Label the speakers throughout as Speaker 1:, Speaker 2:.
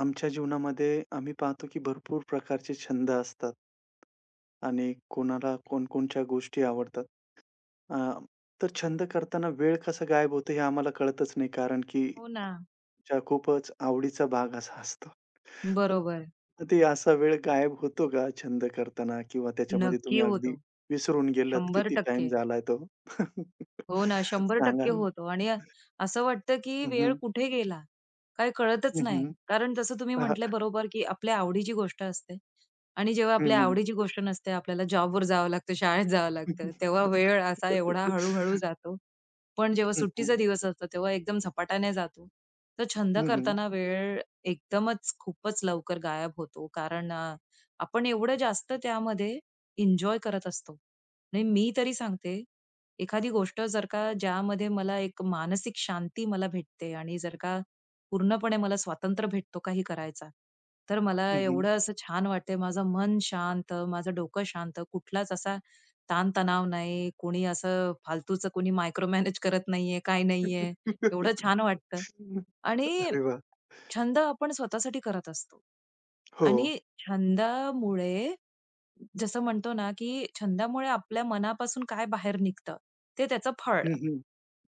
Speaker 1: आमच्या जीवनामध्ये आम्ही पाहतो की भरपूर प्रकारचे छंद असतात आणि कोणाला कोणकोणत्या गोष्टी आवडतात. अ, तर छंद करताना वेळ कसा गायब होतो हे आम्हाला कळतच नाही कारण की
Speaker 2: हो ना.
Speaker 1: च्या खूपच आवडीचा भाग असा असतो.
Speaker 2: बरोबर.
Speaker 1: तर ते असा वेळ गायब होतो का छंद करताना किंवा त्याच्यामध्ये
Speaker 2: नक्की
Speaker 1: तुम्ही अगदी
Speaker 2: होतो.
Speaker 1: विसरून गेलात
Speaker 2: शंभर
Speaker 1: किती टाईम
Speaker 2: टक्के
Speaker 1: झालाय तो?
Speaker 2: हो ना, शंभर टक्के
Speaker 1: सांगा.
Speaker 2: होतो आणि असं वाटतं की
Speaker 1: हं,
Speaker 2: वेळ
Speaker 1: हं.
Speaker 2: कुठे गेला, काय कळतच
Speaker 1: हं,
Speaker 2: नाही.
Speaker 1: हं.
Speaker 2: कारण जसं तुम्ही म्हटलंय बरोबर की आपल्या आवडीची गोष्ट असते आणि जेव्हा आपल्या आवडीची गोष्ट नसते, आपल्याला जॉबवर जावं लागतं, शाळेत जावं लागतं, तेव्हा वेळ असा एवढा हळू जातो. पण जेव्हा सुट्टीचा दिवस असतो, तेव्हा एकदम झपाट्याने जातो. तर छंद
Speaker 1: हं, हं.
Speaker 2: करताना वेळ एकदमच खूपच लवकर गायब होतो. कारण आपण एवढं जास्त त्यामध्ये एन्जॉय करत असतो आणि मी तरी सांगते एखादी गोष्ट जर का ज्यामध्ये मला एक मानसिक शांती भेटते आणि जर का पूर्णपणे मला स्वातंत्र्य भेटतो काही करायचा, तर मला
Speaker 1: हं, हं.
Speaker 2: एवढं असं छान वाटते. माझं मन शांत, माझं डोकं शांत, कुठलाच असा ताणतणाव नाही, कोणी असं फालतूचं मायक्रो मॅनेज करत नाहीये, काही नाहीये. एवढं छान वाटतं. आणि
Speaker 1: अरे वाह!
Speaker 2: छंद आपण स्वतःसाठी करत असतो
Speaker 1: हो.
Speaker 2: आणि छंदामुळे जसं म्हणतो ना, की छंदामुळे आपल्या मनापासून काय बाहेर निघतं, ते त्याचं फळ.
Speaker 1: हं, हं.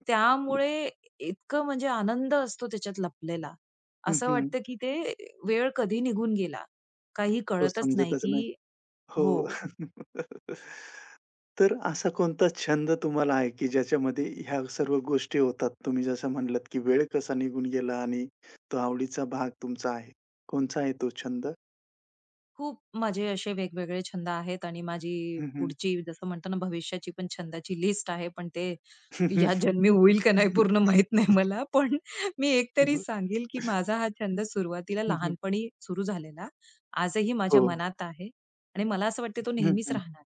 Speaker 2: त्यामुळे इतकं म्हणजे आनंद असतो त्याच्यात लपलेला.
Speaker 1: हं,
Speaker 2: असं
Speaker 1: हं.
Speaker 2: वाटतं, की ते वेळ कधी निघून गेला, काही
Speaker 1: तो
Speaker 2: कळतच नाही,
Speaker 1: समजतच नाही.
Speaker 2: की हो.
Speaker 1: हो. तर असा कोणता छंद तुम्हाला आहे, की ज्याच्यामध्ये ह्या सर्व गोष्टी होतात? तुम्ही जसं म्हटलात, की वेळ कसा निघून गेला आणि तो आवडीचा भाग तुमचा आहे. कोणचा आहे तो छंद?
Speaker 2: खूप माझे असे वेगवेगळे छंद आहेत आणि माझी
Speaker 1: हं, हं.
Speaker 2: पुढची जसं म्हणतो ना भविष्याची पण छंदाची लिस्ट आहे. पण ते या जन्मी होईल का नाही पूर्ण माहित नाही मला. पण मी एक तरी सांगेल, की माझा हा छंद सुरुवातीला लहानपणी सुरू झालेला, आजही माझ्या
Speaker 1: हो.
Speaker 2: मनात आहे आणि मला असं वाटतं तो
Speaker 1: हं,
Speaker 2: नेहमीच
Speaker 1: हं.
Speaker 2: राहणार.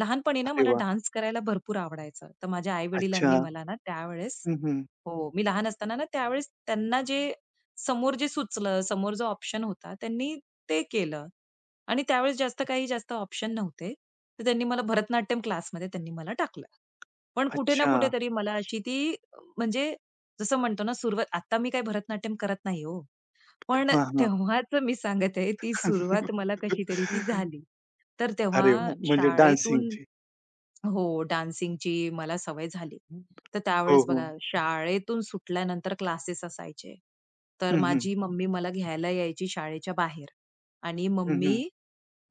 Speaker 2: लहानपणी ना
Speaker 1: अरे
Speaker 2: मला
Speaker 1: वाह!
Speaker 2: डान्स करायला भरपूर आवडायचं. तर माझ्या
Speaker 1: अच्छा.
Speaker 2: आई-वडिलांनी मला ना त्यावेळेस
Speaker 1: हं, हं.
Speaker 2: हो, मी लहान असताना ना त्यावेळेस त्यांना जे समोर जे सुचलं, समोर जो ऑप्शन होता त्यांनी ते केलं. आणि त्यावेळेस जास्त काही जास्त ऑप्शन नव्हते. तर त्यांनी मला भरतनाट्यम क्लासमध्ये त्यांनी मला टाकलं. पण कुठे ना
Speaker 1: अच्छा.
Speaker 2: कुठेतरी मला अशी ती म्हणजे जसं म्हणतो ना सुरुवात आता मी काही भरतनाट्यम करत नाही हो. पण
Speaker 1: हां, हां.
Speaker 2: तेव्हाच मी सांगत आहे ती सुरुवात मला कशीतरी ती झाली. तर तेव्हा
Speaker 1: अरे वाह! म्हणजे
Speaker 2: शाळेतून
Speaker 1: डान्सिंगची.
Speaker 2: हो, डान्सिंगची मला सवय झाली. तर
Speaker 1: हो,
Speaker 2: त्यावेळेस
Speaker 1: हो.
Speaker 2: बघा शाळेतून सुटल्यानंतर क्लासेस असायचे. तर
Speaker 1: हं, हं.
Speaker 2: माझी मम्मी मला घ्यायला यायची शाळेच्या बाहेर आणि
Speaker 1: हं,
Speaker 2: मम्मी
Speaker 1: हं.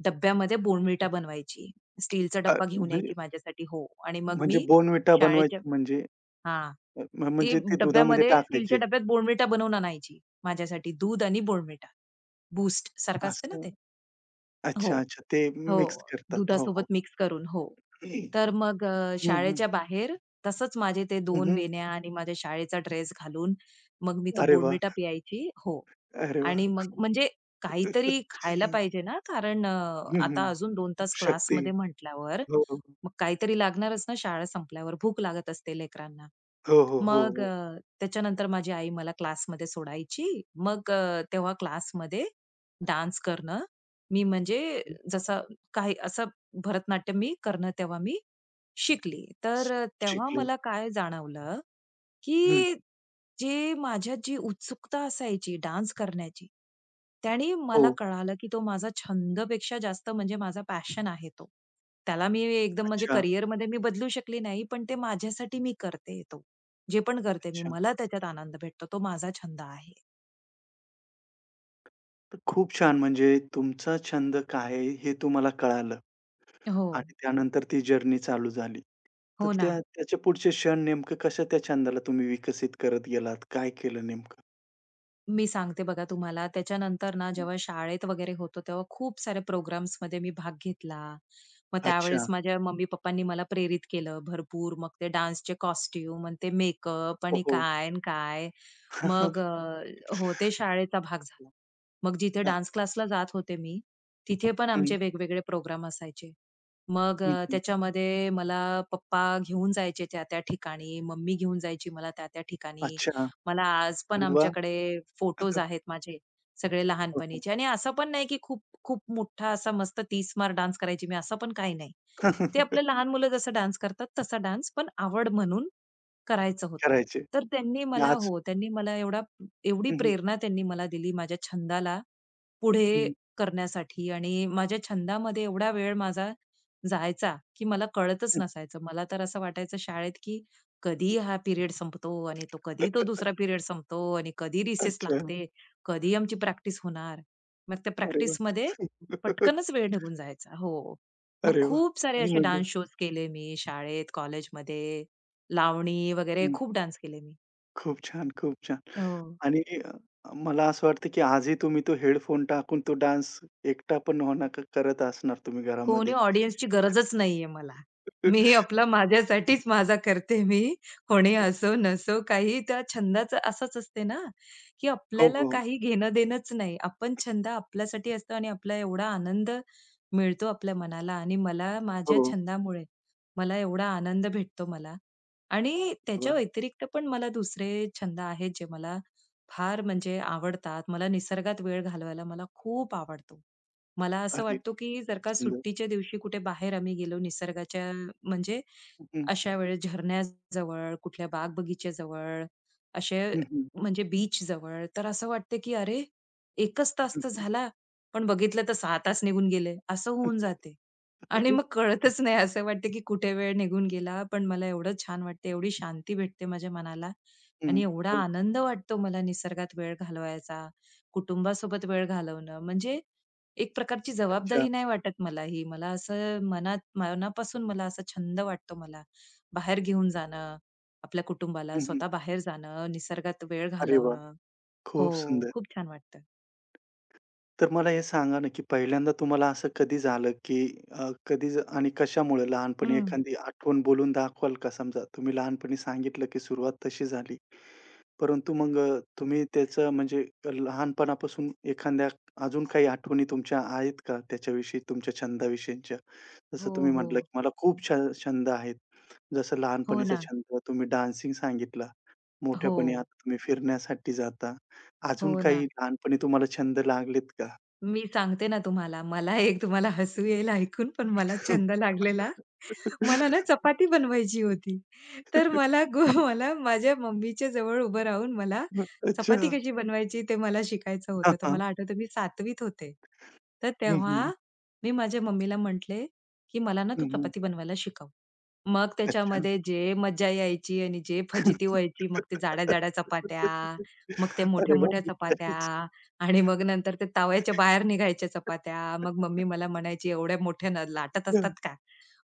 Speaker 2: डब्यामध्ये बोर्नव्हिटा बनवायची. स्टीलचा
Speaker 1: अ,
Speaker 2: डब्बा घेऊन
Speaker 1: म्हणजे
Speaker 2: यायची माझ्यासाठी हो आणि मग
Speaker 1: म्हणजे
Speaker 2: मी
Speaker 1: बोर्नव्हिटा
Speaker 2: शाळेच्या
Speaker 1: बनवायची म्हणजे
Speaker 2: हां.
Speaker 1: अ, म
Speaker 2: ती
Speaker 1: म्हणजे ते दुधामध्ये
Speaker 2: डब्यामध्ये
Speaker 1: टाकायचे
Speaker 2: स्टीलच्या डब्यात बोर्नव्हिटा बनवून आणायची माझ्यासाठी. दूध आणि बोर्नव्हिटा. बूस्ट सारखं असते ना ते.
Speaker 1: असं?
Speaker 2: हो.
Speaker 1: अच्छा, अच्छा. ते
Speaker 2: हो.
Speaker 1: मिक्स करतात. हो, हो.
Speaker 2: दुधासोबत मिक्स करून, हो. तर मग
Speaker 1: हं, हं.
Speaker 2: शाळेच्या बाहेर तसंच माझे ते
Speaker 1: हं,
Speaker 2: दोन
Speaker 1: हं.
Speaker 2: वेण्या आणि माझ्या शाळेचा ड्रेस घालून मग मी तो
Speaker 1: अरे वाह!
Speaker 2: बोर्नव्हिटा प्यायची. हो.
Speaker 1: अरे वाह!
Speaker 2: आणि मग म्हणजे काहीतरी खायला पाहिजे ना, कारण
Speaker 1: हं,
Speaker 2: आता
Speaker 1: हं.
Speaker 2: अजून 2 तास
Speaker 1: शक्ती.
Speaker 2: क्लासमध्ये म्हटल्यावर
Speaker 1: हो, हो.
Speaker 2: मग काहीतरी लागणारच ना शाळा संपल्यावर. भूक लागत असते लेकरांना.
Speaker 1: हो, हो, हो,
Speaker 2: मग
Speaker 1: हो.
Speaker 2: त्याच्यानंतर माझी आई मला क्लासमध्ये सोडायची. मग तेव्हा क्लासमध्ये डान्स करणं. मी म्हणजे जसं काही असं भरतनाट्यम मी करणं तेव्हा मी शिकली.
Speaker 1: श
Speaker 2: तर तेव्हा
Speaker 1: शिकले.
Speaker 2: मला काय जाणवलं,
Speaker 1: हं.
Speaker 2: की जे माझ्यात जी उत्सुकता असायची डान्स करण्याची, त्याने मला
Speaker 1: हो.
Speaker 2: कळालं, की तो माझा छंदपेक्षा जास्त म्हणजे माझा पॅशन आहे तो. त्याला मी एकदम म्हणजे
Speaker 1: अच्छा,
Speaker 2: करिअरमध्ये मी बदलू शकली नाही, पण ते माझ्यासाठी मी करते तो. जे पण करते मी,
Speaker 1: अच्छा.
Speaker 2: मला त्याच्यात आनंद भेटतो. तो माझा छंद आहे.
Speaker 1: तर खूप छान म्हणजे तुमचा छंद काय आहे हे तुम्हाला कळालं.
Speaker 2: हो.
Speaker 1: आणि त्यानंतर ती जर्नी चालू झाली. तर
Speaker 2: हो ना.
Speaker 1: त्याच्या पुढचे क्षण नेमकं कशा त्या छंदाला तुम्ही विकसित करत गेलात? काय केलं नेमकं?
Speaker 2: मी सांगते बघा तुम्हाला. त्याच्यानंतर ना
Speaker 1: हं.
Speaker 2: जेव्हा शाळेत वगैरे होतो, तेव्हा खूप सारे साऱ्या प्रोग्राम्समध्ये मी भाग घेतला. मग त्यावेळेस
Speaker 1: अच्छा.
Speaker 2: माझ्या मम्मी-पप्पांनी मला प्रेरित केलं भरपूर. मग ते डान्सचे कॉस्ट्यूम आणि ते मेकअप
Speaker 1: हो,
Speaker 2: आणि
Speaker 1: हो.
Speaker 2: काय अन् काय. मग हो, ते शाळेचा भाग झाला. मग जिथे
Speaker 1: हां.
Speaker 2: डान्स क्लासला जात होते मी, तिथे पण
Speaker 1: हं,
Speaker 2: आमचे वेगवेगळे प्रोग्राम असायचे. मग
Speaker 1: हं, हं.
Speaker 2: त्याच्यामध्ये मला पप्पा घेऊन जायचे त्या-त्या ठिकाणी, मम्मी घेऊन जायची मला त्या-त्या ठिकाणी.
Speaker 1: अच्छा.
Speaker 2: मला आज पण
Speaker 1: अरे वाह!
Speaker 2: आमच्याकडे फोटोज आहेत माझे सगळे
Speaker 1: हो, हो.
Speaker 2: लहानपणीचे. आणि असं पण नाही की खूप खूप मोठा असा मस्त तीस मार डान्स करायची मी, असं पण काही नाही. ते आपलं लहान मुलं जसं डान्स करतात तसा डान्स पण आवड म्हणून करायचं होतं.
Speaker 1: करायचे
Speaker 2: तर त्यांनी
Speaker 1: आणि
Speaker 2: मला
Speaker 1: आज
Speaker 2: हो, त्यांनी मला एवढा एवढी
Speaker 1: हं, हं,
Speaker 2: प्रेरणा त्यांनी मला दिली माझ्या छंदाला पुढे
Speaker 1: हं,
Speaker 2: करण्यासाठी आणि माझ्या छंदामध्ये एवढा वेळ माझा जायचा, की मला कळतच
Speaker 1: हं.
Speaker 2: नसायचं. मला तर असं वाटायचं शाळेत, की कधी हा पिरियड संपतो आणि कधी तो दुसरा पिरियड संपतो आणि कधी रिसेस
Speaker 1: अच्छा.
Speaker 2: लागते, कधी आमची प्रॅक्टिस होणार. मग त्या
Speaker 1: अरे वाह!
Speaker 2: प्रॅक्टिसमध्ये पटकनच वेळ निघून जायचा. हो. मग
Speaker 1: अरे वाह!
Speaker 2: खूप सारे
Speaker 1: आणि
Speaker 2: असे
Speaker 1: म्हणजे
Speaker 2: डान्स शोज केले मी शाळेत, कॉलेजमध्ये, लावणी वगैरे
Speaker 1: हं.
Speaker 2: खूप डान्स केले मी.
Speaker 1: खूप छान, खूप छान.
Speaker 2: हो.
Speaker 1: आणि अ, मला असं वाटतं, की आजही तुम्ही तो हेडफोन टाकून तो डान्स एकटा पण हो ना करत असणार तुम्ही
Speaker 2: कोणी
Speaker 1: घरामध्ये.
Speaker 2: ऑडियन्सची गरजच नाहीये मला. मी आपला माझ्यासाठीच माझा करते मी. कोणी असो नसो काही त्या छंदाचं असंच असते ना, की
Speaker 1: हो,
Speaker 2: आपल्याला
Speaker 1: हो.
Speaker 2: काही घेणं-देणंच नाही. आपण छंद आपल्यासाठी असतो आणि आपला एवढा आनंद मिळतो आपल्या मनाला आणि मला माझ्या
Speaker 1: हो.
Speaker 2: छंदामुळे मला एवढा आनंद भेटतो मला आणि
Speaker 1: अरे
Speaker 2: त्याच्या
Speaker 1: वाह!
Speaker 2: व्यतिरिक्त पण मला दुसरे छंद आहेत जे मला फार म्हणजे आवडतात. मला निसर्गात वेळ घालवायला खूप आवडतो. मला असं
Speaker 1: अरे
Speaker 2: वाटतो, की जर का
Speaker 1: सुंदर.
Speaker 2: सुट्टीच्या दिवशी कुठे बाहेर आम्ही गेलो निसर्गाच्या म्हणजे
Speaker 1: हं,
Speaker 2: अशा वेळेस झरण्याजवळ, कुठल्या बाग-बगीच्याजवळ, असे
Speaker 1: हं, हं,
Speaker 2: म्हणजे बीचजवळ, तर असं वाटते की अरे, 1च तास
Speaker 1: हं,
Speaker 2: तर
Speaker 1: हं.
Speaker 2: झाला, पण बघितलं तर 6 तास निघून गेले, असं होऊन जाते. आणि मग कळतच नाही. असं वाटतं, की कुठे वेळ निघून गेला. पण मला एवढं छान वाटते, एवढी शांती भेटते माझ्या मनाला आणि एवढा
Speaker 1: हो.
Speaker 2: आनंद वाटतो मला निसर्गात वेळ घालवायचा, कुटुंबासोबत वेळ घालवणं. म्हणजे एक प्रकारची
Speaker 1: अच्छा.
Speaker 2: जबाबदारी नाही वाटत मला ही. मला असं मनात मनापासून असा छंद वाटतो मला. बाहेर घेऊन जाणं, आपल्या कुटुंबाला
Speaker 1: हं, हं.
Speaker 2: स्वतः बाहेर जाणं, निसर्गात वेळ
Speaker 1: अरे वाह!
Speaker 2: घालवणं. हो,
Speaker 1: खूप सुंदर.
Speaker 2: खूप छान वाटतं.
Speaker 1: तर मला हे सांगा ना, की पहिल्यांदा तुम्हाला असं कधी झालं, की आणि कशामुळे लहानपणी
Speaker 2: हं.
Speaker 1: एखादी आठवण बोलून दाखवाल का? समजा तुम्ही लहानपणी सांगितलं, की सुरुवात तशी झाली. परंतु तुम्ही त्याचं म्हणजे लहानपणापासून एखाद्या अजून काही आठवणी तुमच्या आहेत का त्याच्याविषयी, तुमच्या छंदाविषयीच्या? जसं
Speaker 2: हो,
Speaker 1: तुम्ही
Speaker 2: हो.
Speaker 1: म्हटलं, की मला खूप छ छंद आहेत. जसं
Speaker 2: हो
Speaker 1: लहानपणीचा
Speaker 2: ना.
Speaker 1: छंद तुम्ही डान्सिंग सांगितला.
Speaker 2: हो.
Speaker 1: मोठ्यापणी आता तुम्ही फिरण्यासाठी जाता. अजून
Speaker 2: हो
Speaker 1: काही
Speaker 2: ना.
Speaker 1: लहानपणी तुम्हाला छंद लागलेत का?
Speaker 2: मी सांगते ना तुम्हाला, मला एक तुम्हाला हसू येईल ऐकून, पण मला छंद लागलेला. मला ना चपाती बनवायची होती. तर मला गो मला माझ्या मम्मीच्या जवळ उभं राहून मला
Speaker 1: अच्छा.
Speaker 2: चपाती कशी बनवायची ते मला शिकायचं
Speaker 1: हां,
Speaker 2: होतं. तर
Speaker 1: हां.
Speaker 2: मला आठवतं मी 7वीत होते. तर
Speaker 1: हं, हं.
Speaker 2: तेव्हा मी माझ्या मम्मीला म्हटले, की "मला ना तू
Speaker 1: हं, हं.
Speaker 2: चपाती बनवायला शिकव." मग
Speaker 1: अच्छा.
Speaker 2: त्याच्यामध्ये जे मज्जा यायची आणि जे फजिती व्हायची, मग ते जाड्या-जाड्या चपात्या, मग त्या
Speaker 1: अरे
Speaker 2: मोठ्या-मोठ्या
Speaker 1: बापरे!
Speaker 2: चपात्या
Speaker 1: अच्छा.
Speaker 2: आणि मग नंतर ते तव्याच्या बाहेर निघायच्या चपात्या. मग मम्मी मला म्हणायची, "एवढ्या मोठ्या न लाटत असतात का?"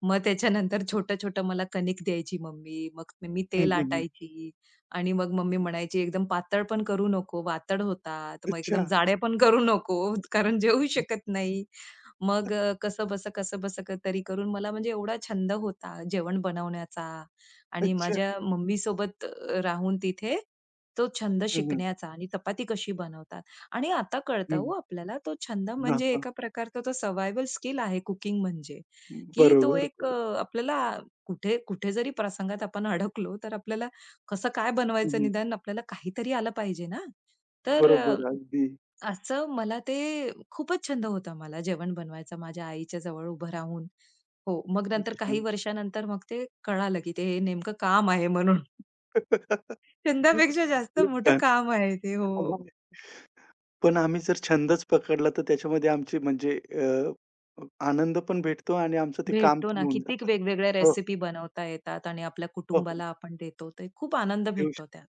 Speaker 2: मग त्याच्यानंतर छोटं-छोटं मला कणिक द्यायची मम्मी. मग मी
Speaker 1: हं,
Speaker 2: ते
Speaker 1: हं, हं.
Speaker 2: लाटायची आणि मग मम्मी म्हणायची, "एकदम पातळ पण करू नको, वातड होतात. मग एकदम
Speaker 1: अच्छा.
Speaker 2: जाड्या पण करू नको, कारण जेवू शकत नाही." मग कसंबसं तरी करून मला म्हणजे एवढा छंद होता जेवण बनवण्याचा आणि
Speaker 1: अच्छा.
Speaker 2: माझ्या मम्मीसोबत राहून तिथे तो छंद
Speaker 1: हं, हं.
Speaker 2: शिकण्याचा आणि चपाती कशी बनवतात आणि आता कळतं
Speaker 1: हं.
Speaker 2: हो आपल्याला तो छंद
Speaker 1: हां,
Speaker 2: म्हणजे
Speaker 1: हां.
Speaker 2: एका प्रकारचा तो सर्व्हायव्हल स्किल आहे कुकिंग म्हणजे, की
Speaker 1: बरोबर,
Speaker 2: तो एक
Speaker 1: बरोबर.
Speaker 2: आपल्याला कुठे कुठे जरी प्रसंगात आपण अडकलो, तर आपल्याला कसं काय
Speaker 1: हं,
Speaker 2: बनवायचं
Speaker 1: हं.
Speaker 2: निदान आपल्याला काहीतरी आलं पाहिजे ना. तर
Speaker 1: बरोबर. अगदी
Speaker 2: असं मला ते खूपच छंद होता मला जेवण बनवायचा माझ्या आईच्या जवळ उभं राहून. हो, मग नंतर
Speaker 1: अच्छा.
Speaker 2: काही वर्षानंतर मग ते कळालं, की ते हे नेमकं काम आहे म्हणून. छंदापेक्षा जास्त
Speaker 1: खूप
Speaker 2: मोठं
Speaker 1: छान.
Speaker 2: काम आहे ते. हो.
Speaker 1: पण आम्ही जर छंदच पकडला तर त्याच्यामध्ये आमची आनंद पण भेटतो आणि आमचं ते काम
Speaker 2: भेटतो
Speaker 1: पण
Speaker 2: ना.
Speaker 1: होऊन
Speaker 2: कितीक
Speaker 1: जातं.
Speaker 2: वेगवेगळ्या
Speaker 1: हो,
Speaker 2: रेसिपी बनवता येतात आणि आपल्या
Speaker 1: हो. हो.
Speaker 2: कुटुंबाला आपण देतो. ते खूप आनंद
Speaker 1: देऊ
Speaker 2: भेटतो
Speaker 1: शकतो.
Speaker 2: त्यात.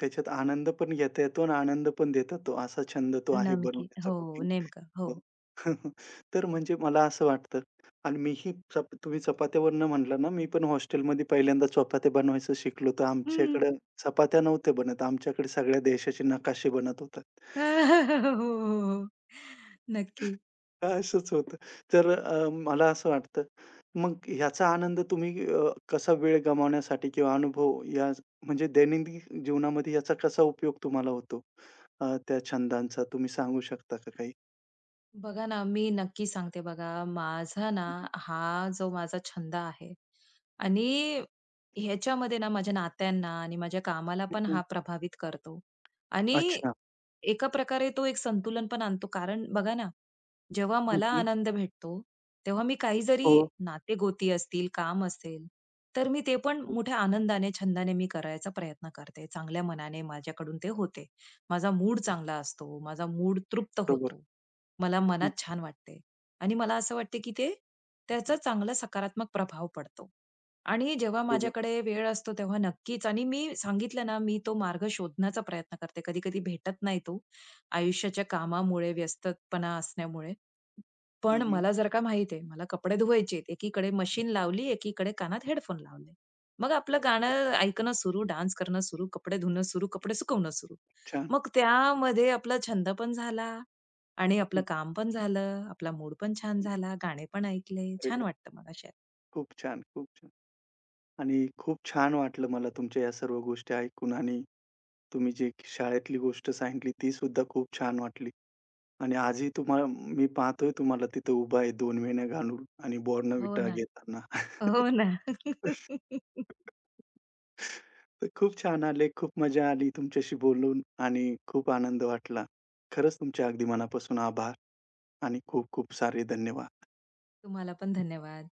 Speaker 1: त्याच्यात आनंद पण घेता येतो आणि आनंद पण देता तो. असा छंद तो आहे
Speaker 2: नमकी
Speaker 1: बनवण्याचा
Speaker 2: हो,
Speaker 1: कुकिंग.
Speaker 2: नेमकं. हो.
Speaker 1: हो. तर म्हणजे मला असं वाटतं आणि मीही चप तुम्ही चपात्यावरून म्हटला ना, मी पण हॉस्टेलमध्ये पहिल्यांदा चपात्या बनवायचं शिकलो. तर
Speaker 2: हं.
Speaker 1: आमच्याकडे चपात्या नव्हत्या बनत. आमच्याकडे सगळ्या देशाचे नकाशे बनत होतात.
Speaker 2: हो, हो, हो. नक्की.
Speaker 1: असंच होतं. मला असं वाटतं, मग ह्याचा आनंद तुम्ही अ, कसा वेळ गमावण्यासाठी किंवा अनुभव या म्हणजे दैनंदिन जीवनामध्ये याचा कसा उपयोग तुम्हाला होतो? त्या छंदांचा तुम्ही सांगू शकता का काही?
Speaker 2: बघा ना, मी नक्की सांगते बघा, माझा ना
Speaker 1: हं, हं.
Speaker 2: हा जो माझा छंद आहे आणि ह्याच्यामध्ये ना माझ्या नात्यांना आणि माझ्या कामाला पण
Speaker 1: हं,
Speaker 2: हा प्रभावित करतो आणि
Speaker 1: अच्छा.
Speaker 2: एका प्रकारे तो एक संतुलन पण आणतो. कारण बघा ना जेव्हा
Speaker 1: हं,
Speaker 2: मला
Speaker 1: हं.
Speaker 2: आनंद भेटतो, तेव्हा मी काही जरी
Speaker 1: हो,
Speaker 2: नातेगोती असतील, काम असेल, तर मी ते पण
Speaker 1: हो.
Speaker 2: मोठ्या आनंदाने, छंदाने मी करायचा प्रयत्न करते. चांगल्या मनाने माझ्याकडून ते होते. माझा मूड चांगला असतो, माझा मूड तृप्त
Speaker 1: बरोबर.
Speaker 2: होतो. मला
Speaker 1: हं,
Speaker 2: मनात छान वाटते आणि मला असं वाटते, की ते त्याचा
Speaker 1: हं.
Speaker 2: चांगला सकारात्मक प्रभाव पडतो. आणि जेव्हा
Speaker 1: बरोबर.
Speaker 2: माझ्याकडे वेळ असतो तेव्हा नक्कीच आणि मी सांगितलं ना, मी तो मार्ग शोधण्याचा प्रयत्न करते. कधी-कधी भेटत नाही तो, आयुष्याच्या कामामुळे, व्यस्तपणा असल्यामुळे.
Speaker 1: हं,
Speaker 2: पण
Speaker 1: हं.
Speaker 2: मला जर का माहीत आहे, मला कपडे धुवायचेत, एकीकडे मशीन लावली, एकीकडे कानात हेडफोन लावले. मग आपलं
Speaker 1: खूप
Speaker 2: गाणं ऐकणं सुरू, डान्स करणं सुरू, कपडे धुणं सुरू, कपडे सुकवणं सुरू.
Speaker 1: छान.
Speaker 2: मग त्यामध्ये आपला छंद पण झाला आणि आपलं
Speaker 1: हं,
Speaker 2: काम पण झालं, आपला मूड पण छान
Speaker 1: हं.
Speaker 2: झाला, गाणे पण ऐकले.
Speaker 1: अरे
Speaker 2: छान
Speaker 1: वाह!
Speaker 2: वाटतं मला अशात.
Speaker 1: खूप छान, खूप छान. आणि खूप छान वाटलं मला तुमच्या या सर्व गोष्टी ऐकून आणि तुम्ही जी शाळेतली गोष्ट सांगितली ती सुद्धा खूप छान वाटली. आणि आजही तुम्हाला मी पाहतोय तुम्हाला तिथं उभा आहे 2 वेण्या घालून आणि
Speaker 2: हो
Speaker 1: बॉर्नव्हिटा
Speaker 2: ना.
Speaker 1: घेताना.
Speaker 2: हो ना.
Speaker 1: तर खूप छान आले. खूप मजा आली तुमच्याशी बोलून आणि खूप आनंद वाटला. खरंच तुमचे अगदी मनापासून आभार आणि खूप खूप सारे धन्यवाद.
Speaker 2: तुम्हाला पण धन्यवाद.